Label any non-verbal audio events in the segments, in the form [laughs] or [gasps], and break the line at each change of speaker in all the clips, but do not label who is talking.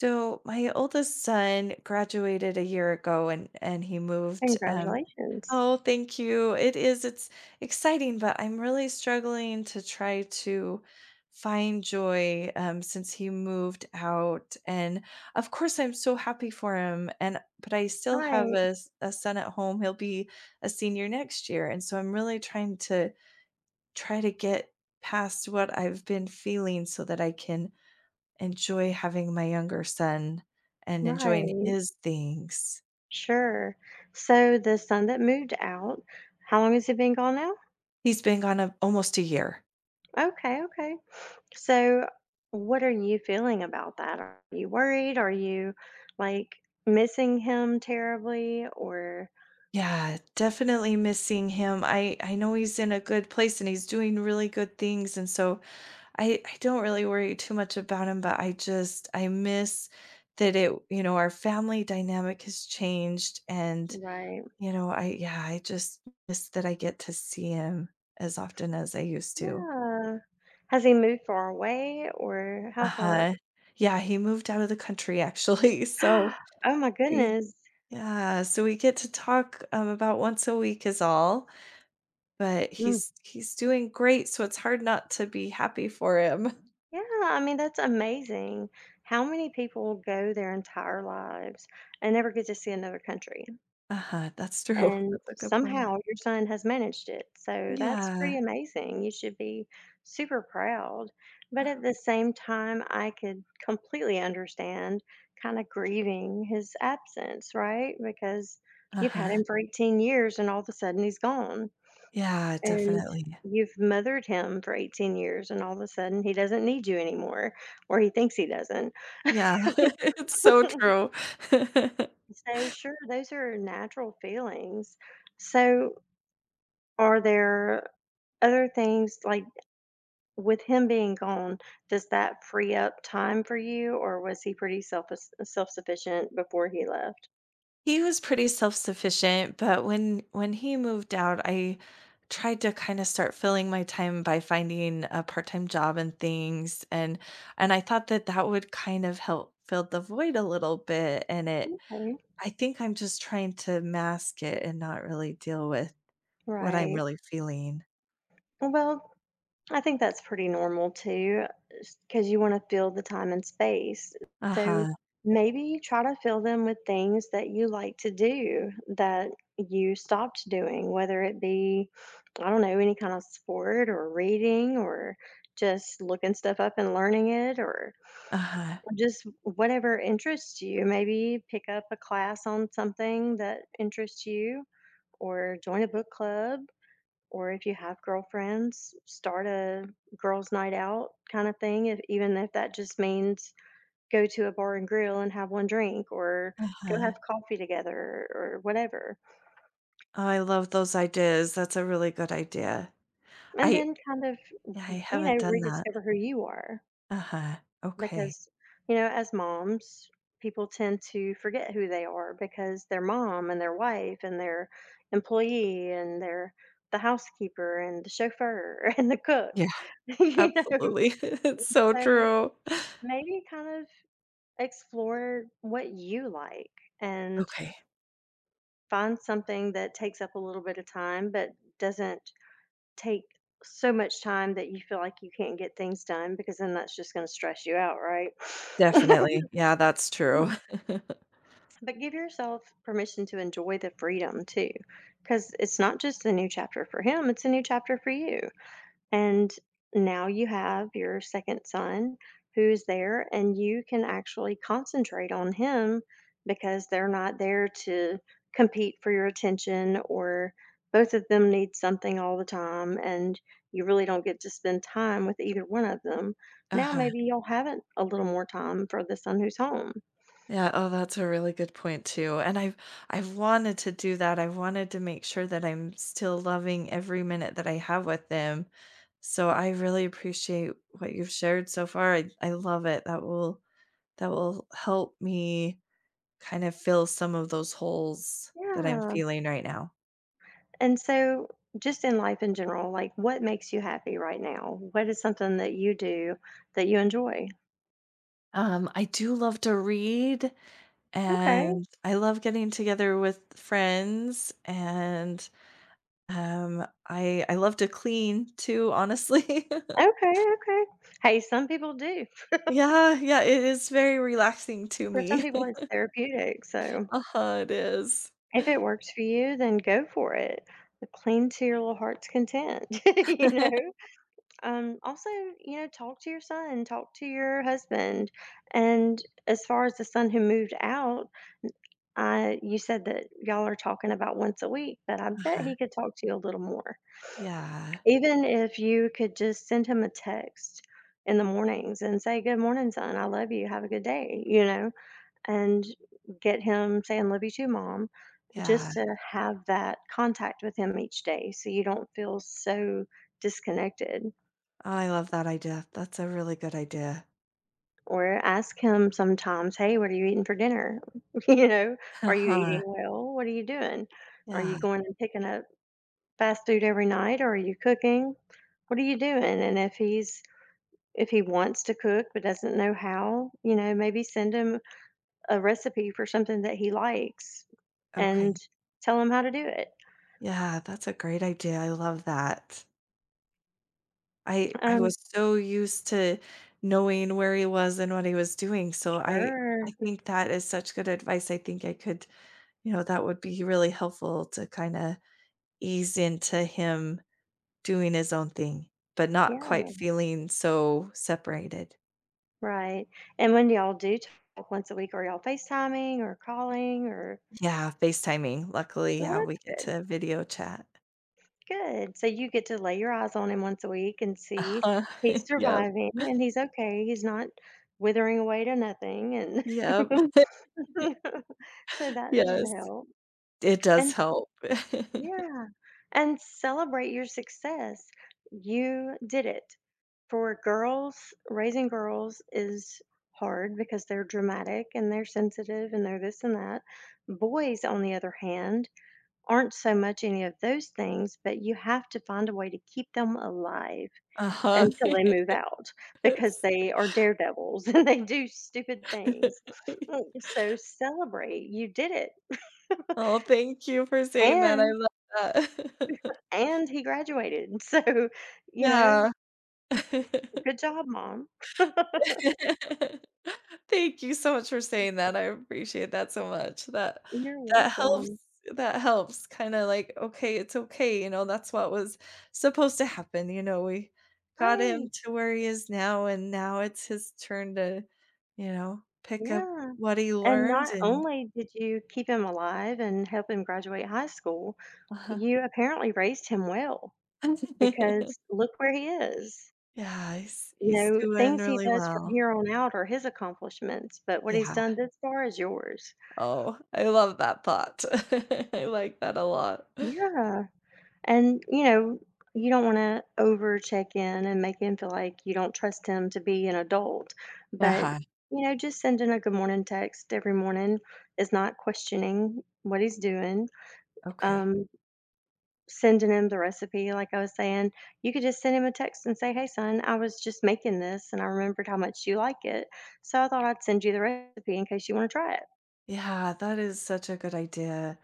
So my oldest son graduated a year ago and he moved.
Congratulations.
Oh, thank you. It's exciting, but I'm really struggling to try to find joy since he moved out. And of course, I'm so happy for him. And but I still have
Right,
a son at home. He'll be a senior next year, and so I'm really trying to get past what I've been feeling so that I can enjoy having my younger son and enjoying
right.
his things.
Sure. So the son that moved out, how long has he been gone now?
He's been gone a almost a year.
Okay, okay. So what are you feeling about that? Are you worried? Are you like missing him terribly or
Yeah, definitely missing him. I know he's in a good place and he's doing really good things, and so I don't really worry too much about him, but I just I miss that our family dynamic has changed and,
right.
you know, I yeah, I just miss that I get to see him as often as I used to.
Yeah. Has he moved far away or how far?
Uh-huh. Yeah, he moved out of the country actually, [laughs] so
[gasps] Oh my
Y
goodness.
yeah, so we get to talk, about once a week is all, but
Mm.
he's doing great, so it's hard not to be happy for him. [laughs]
Yeah, I mean, that's amazing. How many people go their entire lives and never get to see another country?
Uh-huh, that's true. [laughs]
And
That's a good point.
somehow your son has managed it. So that's pretty
Yeah.
amazing. You should be super proud. But at the
Oh.
same time, I could completely understand kind of grieving his absence, right? Because you've had
Uh-huh.
him for 18 years and all of a sudden he's gone.
Yeah,
And
definitely.
you've mothered him for 18 years, and all of a sudden he doesn't need you anymore, or he thinks he doesn't.
Yeah, [laughs] it's so true. [laughs]
So, sure, those are natural feelings. So, are there other things like with him being gone, does that free up time for you, or was he pretty self sufficient before he left?
He was pretty self-sufficient, but when he moved out, I tried to kinda start filling my time by finding a part-time job and things, and I thought that that would kind of help fill the void a little bit, and it
Okay.
I think I'm just trying to mask it and not really deal with what I'm
Right.
really feeling.
Well, I think that's pretty normal too, 'cause you wanna fill the time and space. So
Uh-huh,
maybe try to fill them with things that you like to do that you stopped doing, whether it be, I don't know, any kind of sport or reading or just looking stuff up and learning it or
uh-huh,
just whatever interests you. Maybe pick up a class on something that interests you or join a book club or if you have girlfriends, start a girls' night out kind of thing. If, even if that just means go to a bar and grill and have one drink, or go have
uh-huh.
coffee together, or whatever.
Oh, I love those ideas, that's a really good idea.
And
I
then kind of,
yeah, I
you
haven't
know,
done that.
rediscover who you are
Uh-huh, okay.
because, you know, as moms, people tend to forget who they are because they're mom and their wife and their employee and their the housekeeper and the chauffeur [laughs] and the cook
Yeah.
[laughs] you know,
Absolutely. [laughs] It's so
so
true.
maybe kind of explore what you like and
Okay.
find something that takes up a little bit of time, but doesn't take so much time that you feel like you can't get things done because then that's just going to stress you out, right? [laughs]
Definitely. Yeah, that's true. [laughs]
But give yourself permission to enjoy the freedom too, because it's not just a new chapter for him, it's a new chapter for you. And now you have your second son who's there, and you can actually concentrate on him because they're not there to compete for your attention, or both of them need something all the time, and you really don't get to spend time with either one of them. Now,
Uh-huh.
maybe you'll have it a little more time for the son who's home.
Yeah, oh, that's a really good point too, and I've wanted to do that. I wanted to make sure that I'm still loving every minute that I have with them. So I really appreciate what you've shared so far. I love it. That will help me kind of fill some of those holes that I'm
Yeah.
feeling right now.
And so, just in life in general, like what makes you happy right now? What is something that you do that you enjoy?
I do love to read.
Okay.
And I love getting together with friends, and, I love to clean too, honestly. [laughs]
Okay, okay. Hey, some people do.
Yeah, yeah, it is very relaxing to
For some
me.
people,
[laughs]
it's therapeutic, so
Uh-huh, it is.
if it works for you, then go for it. But cling to your little heart's content, [laughs] you know? Also, you know, talk to your son, talk to your husband, and as far as the son who moved out, you said that y'all are talking about once a week, but I bet
Uh-huh.
he could talk to you a little more.
Yeah,
Even if you could just send him a text in the mornings and say, "Good morning, son. I love you. Have a good day," you know? And get him saying love you too, mom,
yeah.
just to have that contact with him each day so you don't feel so disconnected.
Oh, I love that idea. That's a really good idea.
Or ask him sometimes, hey, what are you eating for dinner? [laughs] You know, are you
Uh-huh.
eating well? What are you doing? Are
Yeah,
you going and picking up fast food every night, or are you cooking? What are you doing? And if he's if he wants to cook but doesn't know how, you know, maybe send him a recipe for something that he likes
okay.
and tell him how to do it.
Yeah, that's a great idea, I love that. I
Um,
was so used to knowing where he was and what he was doing, so I
sure.
I think that is such good advice. I think I could that would be really helpful to kinda ease into him doing his own thing, but not quite
Yeah,
feeling so separated.
right. And when y'all do talk once a week, are y'all FaceTiming or calling or
Yeah, FaceTiming. Luckily,
well,
yeah,
that's
we get
good.
to video chat.
Good. So you get to lay your eyes on him once a week and see
Uh-huh.
he's
[laughs] Yep,
surviving and he's okay. He's not withering away to nothing and
yep,
[laughs] so
[laughs]
that
yes.
should help.
It does
And
help. [laughs]
yeah. And celebrate your success. You did it. For girls, raising girls is hard because they're dramatic and they're sensitive and they're this and that. Boys, on the other hand, aren't so much any of those things, but you have to find a way to keep them alive
Uh-huh.
until they
[laughs]
move out because
Yes.
they are daredevils [laughs] and they do stupid things. Mm,
[laughs]
so celebrate, you did it.
Oh, thank you for saying that, I
And
love that. [laughs]
and he graduated. [laughs] So, you know,
Yeah.
good job, mom.
[laughs] Thank you so much for saying that, I appreciate that so much,
You're
that helps
welcome.
that helps, kinda like, "Okay, it's okay," that's what was supposed to happen, we got him
Right.
to where he is now, and now it's his turn to pick up
Yeah.
what he
And
learned.
not
And,
only did you keep him alive and help him graduate high school,
uh-huh.
you apparently raised him well because
[laughs]
look where he is.
Yeah, he's
You
he's
know,
doing
things he
really
does from
well.
here on out are his accomplishments, but what
Yeah.
he's done this far is yours.
Oh, I love that thought. [laughs] I like that a lot.
Yeah. And, you know, you don't want to over check in and make him feel like you don't trust him to be an adult. But,
Uh-huh,
you know, just sending a good morning text every morning is not questioning what he's doing.
okay.
Um, Sending him the recipe, like I was saying, you could just send him a text and say, "Hey, son, I was just making this and I remembered how much you like it, so I thought I'd send you the recipe in case you wanna try it."
Yeah, that is such a good idea.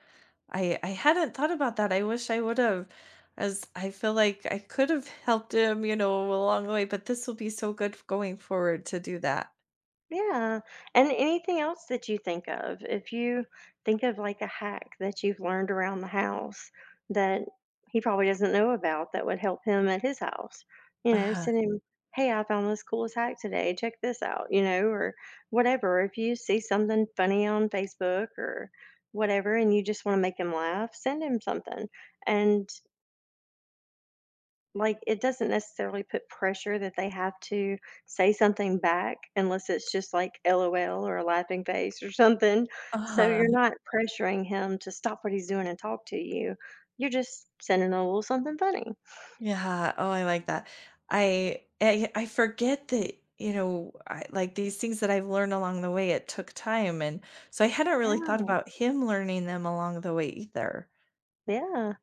I hadn't thought about that, I wish I would've, as I feel like I could have helped him, along the way, but this will be so good going forward to do that.
Yeah, and anything else that you think of, if you think of like a hack that you've learned around the house that he probably doesn't know about that would help him at his house, you know,
Uh-huh,
send him, hey, I found this coolest hack today. Check this out, you know, or whatever. If you see something funny on Facebook or whatever and you just want to make him laugh, send him something and like, it doesn't necessarily put pressure that they have to say something back unless it's just like LOL or a laughing face or something. So
uh-huh.
you're not pressuring him to stop what he's doing and talk to you. You're just sending a little something funny.
Yeah, oh, I like that. I forget that, I like, these things that I've learned along the way, it took time, and so I hadn't really thought
Yeah.
about him learning them along the way either.
Yeah.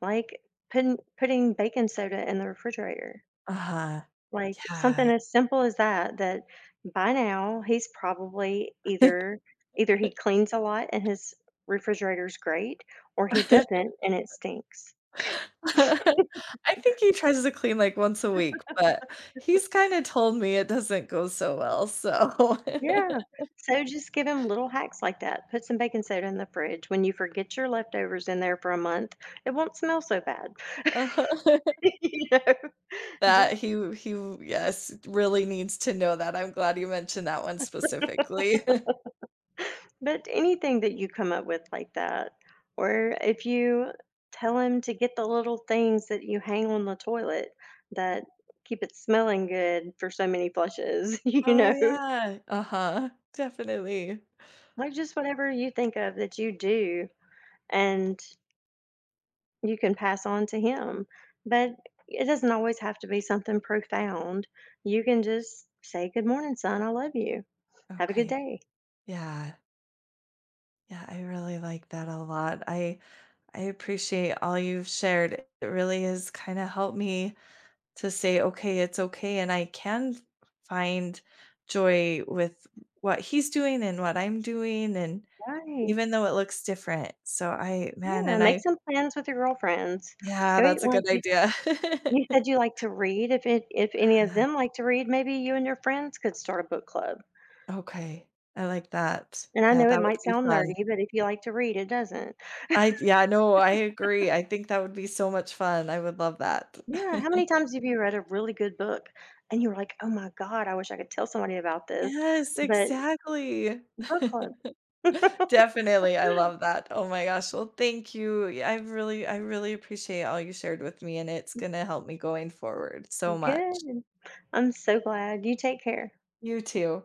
Like putting baking soda in the refrigerator.
Uh-huh.
Like, something
Yeah.
as simple as that, that by now he's probably either he cleans a lot and his refrigerator's great, or he
[laughs]
doesn't and it stinks.
I think he tries to clean, like, once a week, but he's kinda told me it doesn't go so well, so
Yeah.
[laughs]
So just give him little hacks like that. Put some baking soda in the fridge. When you forget your leftovers in there for a month, it won't smell so bad. [laughs]
Uh-huh.
You know?
That
Just
he, yes, really needs to know that. I'm glad you mentioned that one specifically. [laughs]
But anything that you come up with like that, or if you tell him to get the little things that you hang on the toilet that keep it smelling good for so many flushes, [laughs] you
Oh,
know,
yeah. Uh-huh. [laughs] Definitely.
like just whatever you think of that you do and you can pass on to him. But it doesn't always have to be something profound. You can just say, Good morning, son. I love you. Have a good
Okay.
day.
Yeah. Yeah, I really like that a lot. I appreciate all you've shared. It really has kinda helped me to say, "Okay, it's okay," and I can find joy with what he's doing and what I'm doing, and
Right.
even though it looks different. So I man,
Yeah.
and
Make
I
some plans with your girlfriends.
yeah,
Go eat
that's a
lunch.
good idea.
You said
[laughs]
you like to read. If it if any of
Uh,
them like to read, maybe you and your friends could start a book club.
okay. I like that.
And I
Yeah,
know
that
it
would
might
be
sound
fun.
nerdy, but if you like to read, it doesn't.
I yeah, no, I agree. I think that would be so much fun. I would love that.
Yeah, how many
[laughs]
times have you read a really good book and you were like, "Oh my god, I wish I could tell somebody about this."
Yes,
But
exactly.
book club.
[laughs]
[laughs]
Definitely. I love that. Oh my gosh. Well, thank you. Yeah, I really appreciate all you shared with me, and it's gonna help me going forward so much.
Good. I'm so glad. You take care.
You too.